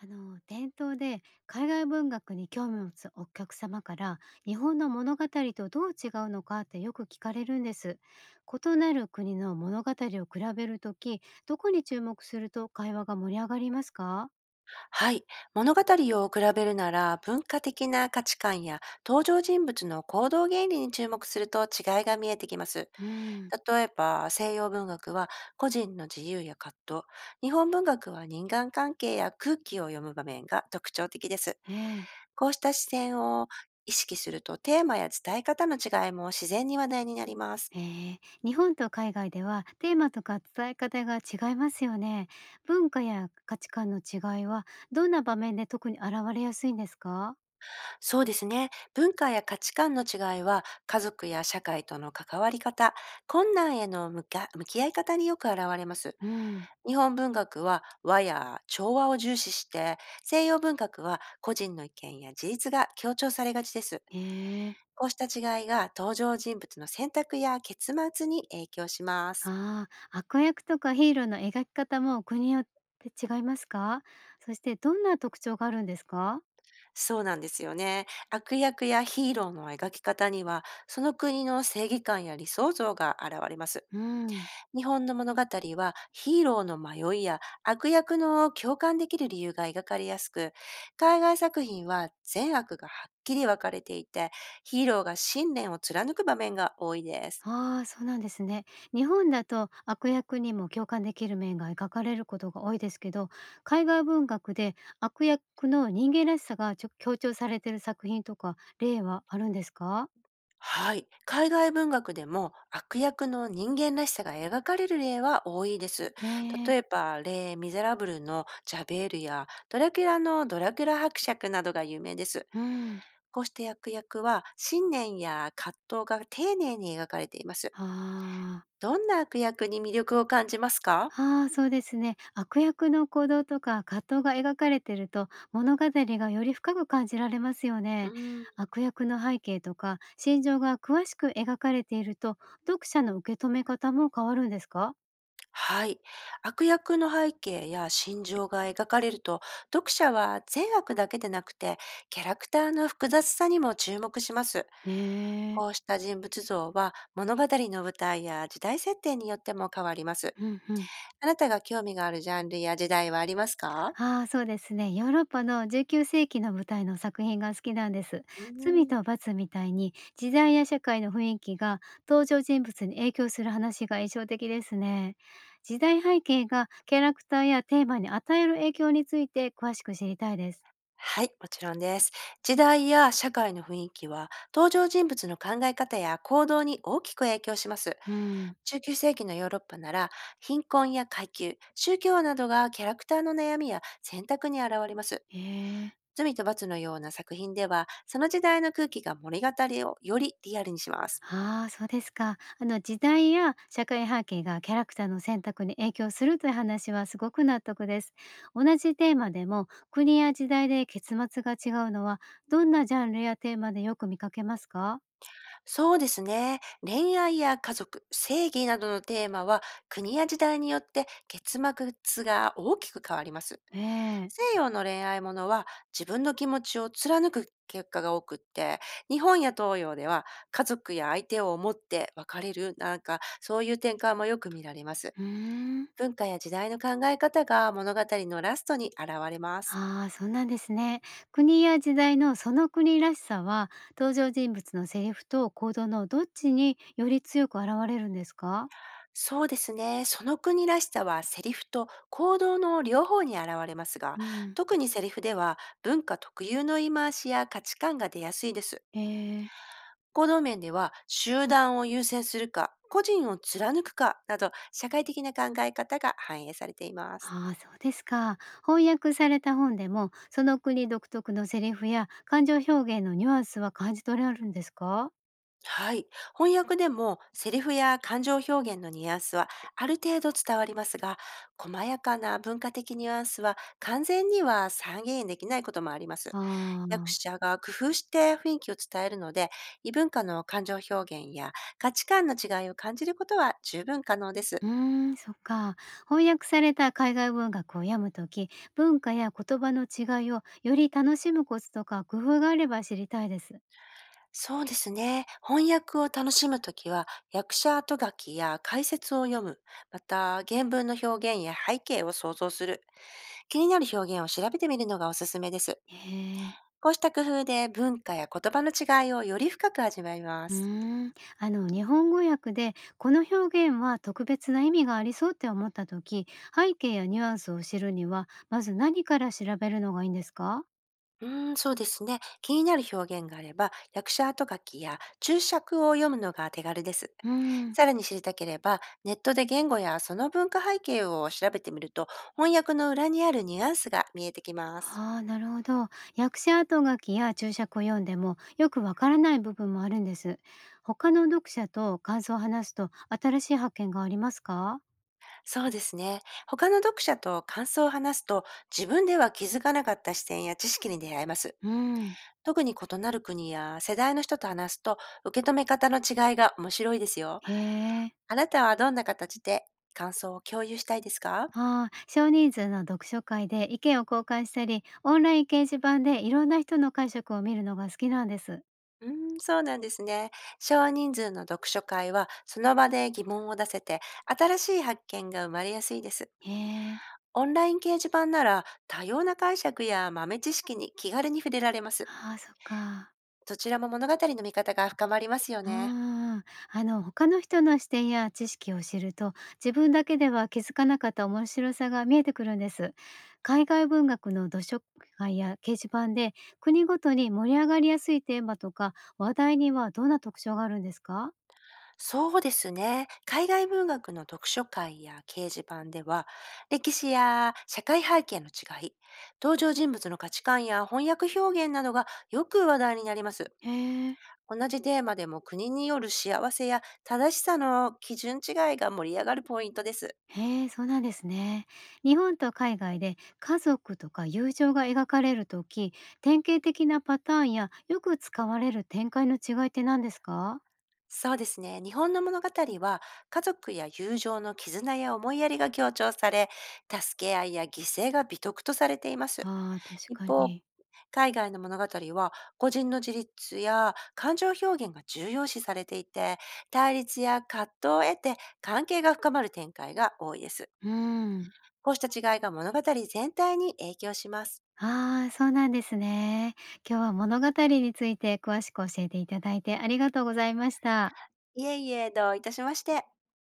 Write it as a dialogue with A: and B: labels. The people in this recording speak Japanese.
A: 店頭で海外文学に興味を持つお客様から日本の物語とどう違うのかってよく聞かれるんです。異なる国の物語を比べるとき、どこに注目すると会話が盛り上がりますか？
B: はい。物語を比べるなら、文化的な価値観や登場人物の行動原理に注目すると違いが見えてきます。
A: うん、
B: 例えば、西洋文学は個人の自由や葛藤、日本文学は人間関係や空気を読む場面が特徴的です。
A: ええ。
B: こうした視点を意識すると、テーマや伝え方の違いも自然に話題になります。
A: ええ、日本と海外ではテーマとか伝え方が違いますよね。文化や価値観の違いは、どんな場面で特に現れやすいんですか？
B: そうですね。文化や価値観の違いは、家族や社会との関わり方、困難への向き合い方によく現れます。
A: うん。
B: 日本文学は和や調和を重視して、西洋文学は個人の意見や自立が強調されがちです。
A: ええ。
B: こうした違いが登場人物の選択や結末に影響します。
A: ああ、悪役とかヒーローの描き方も国によって違いますか？そしてどんな特徴があるんですか？
B: そうなんですよね。悪役やヒーローの描き方には、その国の正義感や理想像が現れます。
A: うん。
B: 日本の物語はヒーローの迷いや悪役の共感できる理由が描かれやすく、海外作品は善悪がはっきり分かれていて、ヒーローが信念を貫く場面が多いです。
A: ああ、そうなんですね。日本だと悪役にも共感できる面が描かれることが多いですけど、海外文学で悪役の人間らしさが強調されている作品とか例はあるんですか？
B: はい。海外文学でも悪役の人間らしさが描かれる例は多いです。
A: ね
B: 例え
A: え、
B: ば、レイ・ミゼラブルのジャベールやドラキュラのドラキュラ伯爵などが有名です。
A: うん。
B: こうして悪役は信念や葛藤が丁寧に描かれています。
A: ああ。
B: どんな悪役に魅力を感じますか？
A: ああ、そうですね。悪役の行動とか葛藤が描かれてると物語がより深く感じられますよ
B: う
A: ね。
B: ーん。
A: 悪役の背景とか心情が詳しく描かれていると、読者の受け止め方も変わるんですか？
B: はい。悪役の背景や心情が描かれると、読者は善悪だけでなくて、キャラクターの複雑さにも注目します。
A: へえ。
B: こうした人物像は、物語の舞台や時代設定によっても変わります。
A: うんうん。
B: あなたが興味があるジャンルや時代はありますか？
A: ああ、そうですね。ヨーロッパの19世紀の舞台の作品が好きなんです。
B: う
A: 罪
B: ーん。
A: と罰みたいに時代や社会の雰囲気が登場人物に影響する話が印象的ですね。時代背景がキャラクターやテーマに与える影響について詳しく知りたいです。
B: はい、もちろんです。時代や社会の雰囲気は、登場人物の考え方や行動に大きく影響します。
A: うん。
B: 中9世紀のヨーロッパなら、貧困や階級、宗教などがキャラクターの悩みや選択に現れます。
A: へえ。
B: 罪と罰のような作品では、その時代の空気が物語をよりリアルにします。
A: ああ、そうですか。時代や社会背景がキャラクターの選択に影響するという話はすごく納得です。同じテーマでも国や時代で結末が違うのは、どんなジャンルやテーマでよく見かけますか？
B: そうですね。恋愛や家族、正義などのテーマは国や時代によって結末が大きく変わります。
A: ええ。
B: 西洋の恋愛ものは自分の気持ちを貫く結果が多くって、日本や東洋では家族や相手を思って別れるなんかそういう展開もよく見られます。
A: うーん。
B: 文化や時代の考え方が物語のラストに現れます。
A: ああ、そうなんですね。国や時代のその国らしさは、登場人物のセリフと行動のどっちにより強く現れるんですか？
B: そうですね。その国らしさはセリフと行動の両方に現れますが、
A: うん。
B: 特にセリフでは文化特有の言い回しや価値観が出やすいです。
A: ええ。
B: 行動面では集団を優先するか、個人を貫くかなど社会的な考え方が反映されています。
A: ああ、そうですか。翻訳された本でも、その国独特のセリフや感情表現のニュアンスは感じ取れるんですか？
B: はい。翻訳でもセリフや感情表現のニュアンスはある程度伝わりますが、細やかな文化的ニュアンスは完全には再現できないこともあります。
A: あ
B: 役
A: あ、
B: 者が工夫して雰囲気を伝えるので、異文化の感情表現や価値観の違いを感じることは十分可能です。
A: うーん、そっか。翻訳された海外文学を読むとき、文化や言葉の違いをより楽しむコツとか工夫があれば知りたいです。
B: そうですね。翻訳を楽しむときは、役者後書きや解説を読む、また原文の表現や背景を想像する、気になる表現を調べてみるのがおすすめです。
A: へえ。
B: こうした工夫で文化や言葉の違いをより深く味わいま
A: う
B: す。
A: ーん、日本語訳でこの表現は特別な意味がありそうって思った時、背景やニュアンスを知るにはまず何から調べるのがいいんですか？
B: そうですね。気になる表現があれば、役者後書きや注釈を読むのが手軽です。
A: うん。
B: さらに知りたければ、ネットで言語やその文化背景を調べてみると、翻訳の裏にあるニュアンスが見えてきます。
A: はあ、なるほど。訳者後書きや注釈を読んでもよくわからない部分もあるんです。他の読者と感想を話すと新しい発見がありますか？
B: そうですね。他の読者と感想を話すと、自分では気づかなかった視点や知識に出会えます。
A: うん。
B: 特に異なる国や世代の人と話すと、受け止め方の違いが面白いですよ。
A: へえ。
B: あなたはどんな形で感想を共有したいですか。
A: ああ、少人数の読書会で意見を交換したり、オンライン掲示板でいろんな人の解釈を見るのが好きなんです。
B: うーそうなんですね。少人数の読書会は、その場で疑問を出せて、新しい発見が生まれやすいです。
A: へえ。
B: オンライン掲示板なら、多様な解釈や豆知識に気軽に触れられます。
A: ああ、そっか。
B: どちらも物語の見方が深まりますよね。
A: ああ、他の人の視点や知識を知ると、自分だけでは気づかなかった面白さが見えてくるんです。海外文学の読書会や掲示板で、国ごとに盛り上がりやすいテーマとか話題にはどんな特徴があるんですか？
B: そうですね。海外文学の読書会や掲示板では、歴史や社会背景の違い、登場人物の価値観や翻訳表現などがよく話題になります。
A: へえ、
B: 同じテーマでも国による幸せや正しさの基準違いが盛り上がるポイントです。
A: へえ、そうなんですね。日本と海外で家族とか友情が描かれるとき、典型的なパターンやよく使われる展開の違いって何ですか？
B: そうですね。日本の物語は家族や友情の絆や思いやりが強調され、助け合いや犠牲が美徳とされています。
A: ああー、確
B: 一
A: か
B: 方、
A: に。
B: 海外の物語は個人の自立や感情表現が重要視されていて、対立や葛藤を得て関係が深まる展開が多いです。
A: うん。
B: こうした違いが物語全体に影響します。
A: ああ、そうなんですね。今日は物語について詳しく教えていただいてありがとうございました。
B: いえいえ、どういたしまして。